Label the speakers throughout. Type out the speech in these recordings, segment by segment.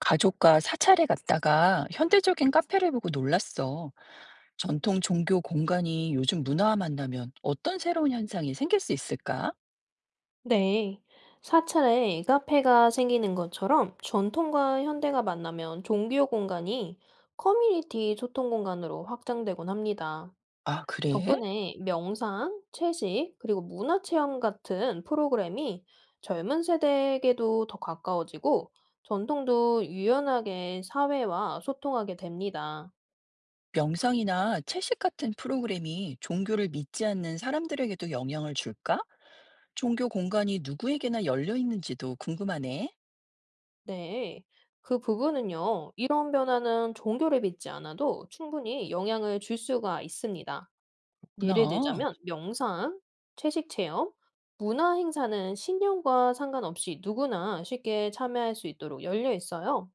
Speaker 1: 가족과 사찰에 갔다가 현대적인 카페를 보고 놀랐어. 전통 종교 공간이 요즘 문화와 만나면 어떤 새로운 현상이 생길 수 있을까?
Speaker 2: 네. 사찰에 카페가 생기는 것처럼 전통과 현대가 만나면 종교 공간이 커뮤니티 소통 공간으로 확장되곤 합니다.
Speaker 1: 아, 그래?
Speaker 2: 덕분에 명상, 채식, 그리고 문화 체험 같은 프로그램이 젊은 세대에게도 더 가까워지고 전통도 유연하게 사회와 소통하게 됩니다.
Speaker 1: 명상이나 채식 같은 프로그램이 종교를 믿지 않는 사람들에게도 영향을 줄까? 종교 공간이 누구에게나 열려 있는지도 궁금하네.
Speaker 2: 네. 그 부분은요, 이런 변화는 종교를 믿지 않아도 충분히 영향을 줄 수가 있습니다. 예를
Speaker 1: 구나.
Speaker 2: 들자면 명상, 채식 체험, 문화 행사는 신념과 상관없이 누구나 쉽게 참여할 수 있도록 열려 있어요.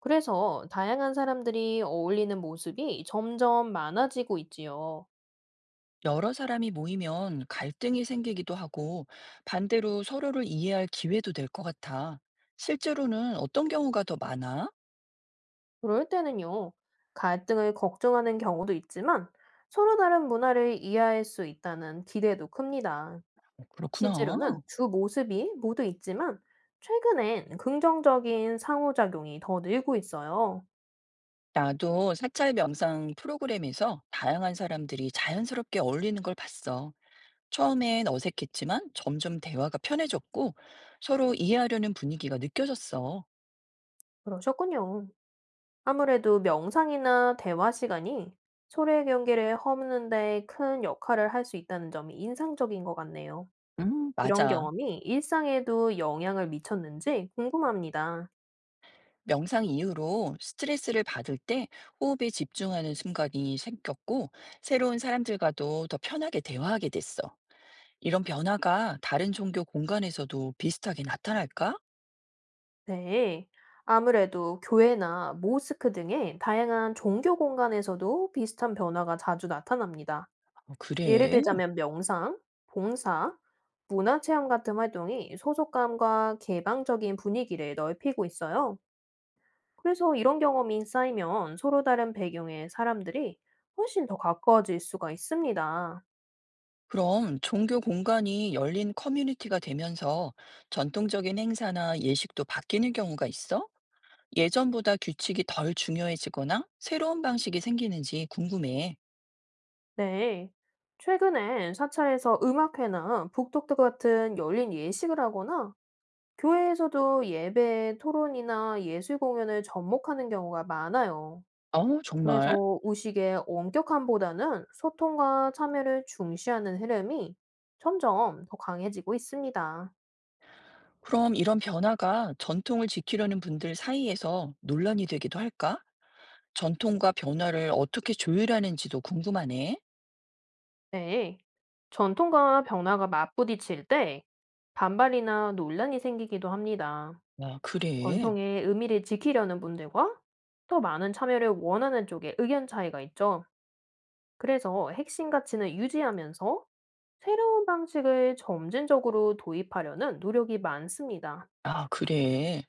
Speaker 2: 그래서 다양한 사람들이 어울리는 모습이 점점 많아지고 있지요.
Speaker 1: 여러 사람이 모이면 갈등이 생기기도 하고 반대로 서로를 이해할 기회도 될 것 같아. 실제로는 어떤 경우가 더 많아?
Speaker 2: 그럴 때는요, 갈등을 걱정하는 경우도 있지만 서로 다른 문화를 이해할 수 있다는 기대도 큽니다.
Speaker 1: 그렇구나.
Speaker 2: 실제로는 두 모습이 모두 있지만 최근엔 긍정적인 상호작용이 더 늘고 있어요.
Speaker 1: 나도 사찰 명상 프로그램에서 다양한 사람들이 자연스럽게 어울리는 걸 봤어. 처음엔 어색했지만 점점 대화가 편해졌고 서로 이해하려는 분위기가 느껴졌어.
Speaker 2: 그러셨군요. 아무래도 명상이나 대화 시간이 소외 경계를 허무는데 큰 역할을 할 수 있다는 점이 인상적인 것 같네요. 이런
Speaker 1: 맞아.
Speaker 2: 경험이 일상에도 영향을 미쳤는지 궁금합니다.
Speaker 1: 명상 이후로 스트레스를 받을 때 호흡에 집중하는 순간이 생겼고 새로운 사람들과도 더 편하게 대화하게 됐어. 이런 변화가 다른 종교 공간에서도 비슷하게 나타날까?
Speaker 2: 네. 아무래도 교회나 모스크 등의 다양한 종교 공간에서도 비슷한 변화가 자주 나타납니다.
Speaker 1: 어,
Speaker 2: 예를
Speaker 1: 그래.
Speaker 2: 들자면 명상, 봉사, 문화체험 같은 활동이 소속감과 개방적인 분위기를 넓히고 있어요. 그래서 이런 경험이 쌓이면 서로 다른 배경의 사람들이 훨씬 더 가까워질 수가 있습니다.
Speaker 1: 그럼 종교 공간이 열린 커뮤니티가 되면서 전통적인 행사나 예식도 바뀌는 경우가 있어? 예전보다 규칙이 덜 중요해지거나 새로운 방식이 생기는지 궁금해.
Speaker 2: 네. 최근엔 사찰에서 음악회나 북독크 같은 열린 예식을 하거나 교회에서도 예배 토론이나 예술 공연을 접목하는 경우가 많아요.
Speaker 1: 어, 정말?
Speaker 2: 그래서 의식의 엄격함보다는 소통과 참여를 중시하는 흐름이 점점 더 강해지고 있습니다.
Speaker 1: 그럼 이런 변화가 전통을 지키려는 분들 사이에서 논란이 되기도 할까? 전통과 변화를 어떻게 조율하는지도 궁금하네.
Speaker 2: 네, 전통과 변화가 맞부딪힐 때 반발이나 논란이 생기기도 합니다.
Speaker 1: 아, 그래.
Speaker 2: 전통의 의미를 지키려는 분들과 더 많은 참여를 원하는 쪽의 의견 차이가 있죠. 그래서 핵심 가치는 유지하면서 새로운 방식을 점진적으로 도입하려는 노력이 많습니다.
Speaker 1: 아, 그래.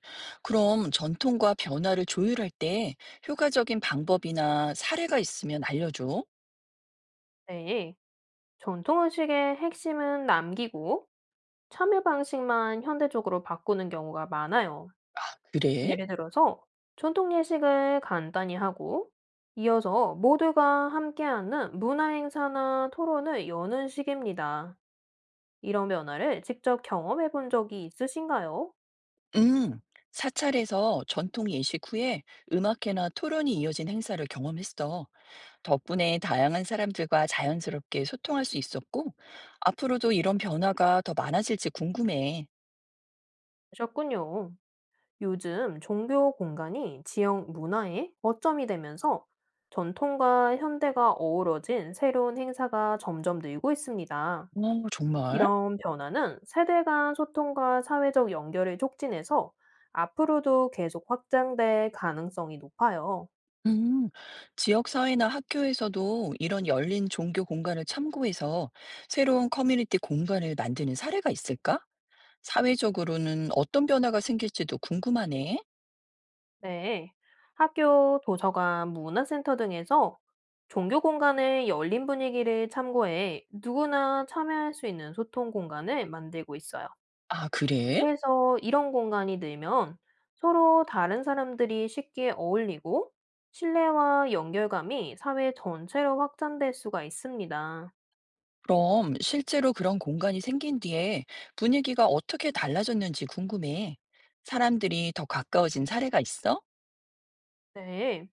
Speaker 1: 그럼 전통과 변화를 조율할 때 효과적인 방법이나 사례가 있으면 알려줘.
Speaker 2: 네, 전통 의식의 핵심은 남기고 참여 방식만 현대적으로 바꾸는 경우가 많아요.
Speaker 1: 아, 그래?
Speaker 2: 예를 들어서 전통 예식을 간단히 하고 이어서 모두가 함께하는 문화 행사나 토론을 여는 식입니다. 이런 변화를 직접 경험해 본 적이 있으신가요?
Speaker 1: 음. 사찰에서 전통 예식 후에 음악회나 토론이 이어진 행사를 경험했어. 덕분에 다양한 사람들과 자연스럽게 소통할 수 있었고, 앞으로도 이런 변화가 더 많아질지 궁금해.
Speaker 2: 하셨군요. 요즘 종교 공간이 지역 문화의 거점이 되면서 전통과 현대가 어우러진 새로운 행사가 점점 늘고 있습니다.
Speaker 1: 어, 정말?
Speaker 2: 이런 변화는 세대 간 소통과 사회적 연결을 촉진해서 앞으로도 계속 확장될 가능성이 높아요.
Speaker 1: 음, 지역사회나 학교에서도 이런 열린 종교 공간을 참고해서 새로운 커뮤니티 공간을 만드는 사례가 있을까? 사회적으로는 어떤 변화가 생길지도 궁금하네.
Speaker 2: 네. 학교, 도서관, 문화센터 등에서 종교 공간의 열린 분위기를 참고해 누구나 참여할 수 있는 소통 공간을 만들고 있어요.
Speaker 1: 아, 그래?
Speaker 2: 그래서 이런 공간이 늘면 서로 다른 사람들이 쉽게 어울리고 신뢰와 연결감이 사회 전체로 확장될 수가 있습니다.
Speaker 1: 그럼 실제로 그런 공간이 생긴 뒤에 분위기가 어떻게 달라졌는지 궁금해. 사람들이 더 가까워진 사례가 있어?
Speaker 2: 네.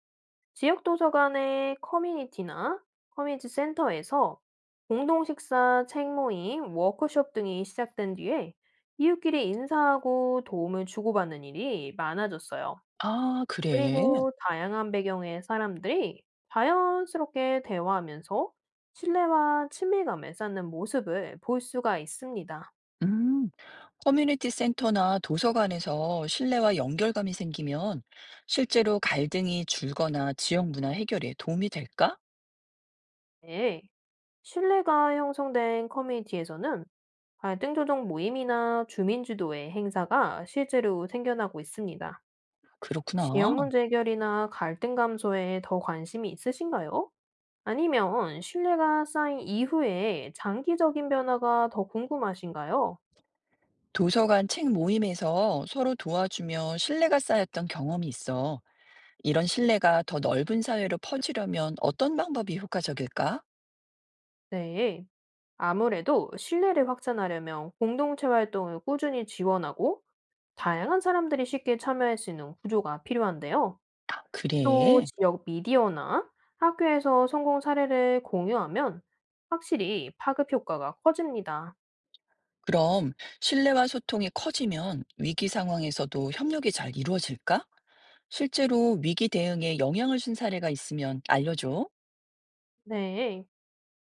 Speaker 2: 지역 도서관의 커뮤니티나 커뮤니티 센터에서 공동 식사, 책 모임, 워크숍 등이 시작된 뒤에 이웃끼리 인사하고 도움을 주고받는 일이 많아졌어요.
Speaker 1: 아, 그래.
Speaker 2: 그리고 다양한 배경의 사람들이 자연스럽게 대화하면서 신뢰와 친밀감을 쌓는 모습을 볼 수가 있습니다.
Speaker 1: 음, 커뮤니티 센터나 도서관에서 신뢰와 연결감이 생기면 실제로 갈등이 줄거나 지역 문화 해결에 도움이 될까?
Speaker 2: 네. 신뢰가 형성된 커뮤니티에서는 갈등 조정 모임이나 주민주도회 행사가 실제로 생겨나고 있습니다. 지역
Speaker 1: 그렇구나.
Speaker 2: 문제 해결이나 갈등 감소에 더 관심이 있으신가요? 아니면 신뢰가 쌓인 이후에 장기적인 변화가 더 궁금하신가요?
Speaker 1: 도서관 책 모임에서 서로 도와주며 신뢰가 쌓였던 경험이 있어. 이런 신뢰가 더 넓은 사회로 퍼지려면 어떤 방법이 효과적일까?
Speaker 2: 네. 아무래도 신뢰를 확산하려면 공동체 활동을 꾸준히 지원하고 다양한 사람들이 쉽게 참여할 수 있는 구조가 필요한데요.
Speaker 1: 아,
Speaker 2: 또
Speaker 1: 그래.
Speaker 2: 지역 미디어나 학교에서 성공 사례를 공유하면 확실히 파급 효과가 커집니다.
Speaker 1: 그럼 신뢰와 소통이 커지면 위기 상황에서도 협력이 잘 이루어질까? 실제로 위기 대응에 영향을 준 사례가 있으면 알려줘.
Speaker 2: 네.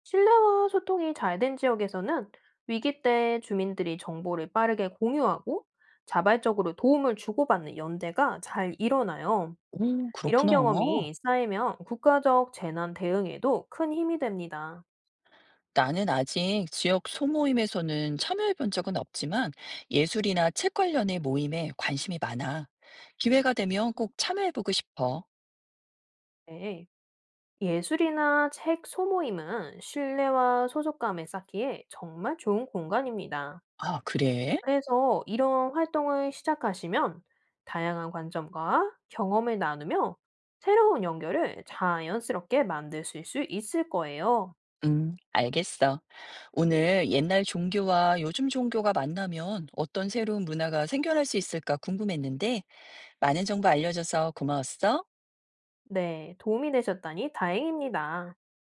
Speaker 2: 신뢰와 소통이 잘 된 지역에서는 위기 때 주민들이 정보를 빠르게 공유하고 자발적으로 도움을 주고받는 연대가 잘 일어나요.
Speaker 1: 오,
Speaker 2: 이런
Speaker 1: 그렇구나.
Speaker 2: 경험이 쌓이면 국가적 재난 대응에도 큰 힘이 됩니다.
Speaker 1: 나는 아직 지역 소모임에서는 참여해본 적은 없지만 예술이나 책 관련의 모임에 관심이 많아. 기회가 되면 꼭 참여해보고 싶어.
Speaker 2: 네. 예술이나 책 소모임은 신뢰와 소속감을 쌓기에 정말 좋은 공간입니다.
Speaker 1: 아, 그래?
Speaker 2: 그래서 이런 활동을 시작하시면 다양한 관점과 경험을 나누며 새로운 연결을 자연스럽게 만드실 수 있을 거예요.
Speaker 1: 알겠어. 오늘 옛날 종교와 요즘 종교가 만나면 어떤 새로운 문화가 생겨날 수 있을까 궁금했는데 많은 정보 알려줘서 고마웠어.
Speaker 2: 네, 도움이 되셨다니 다행입니다.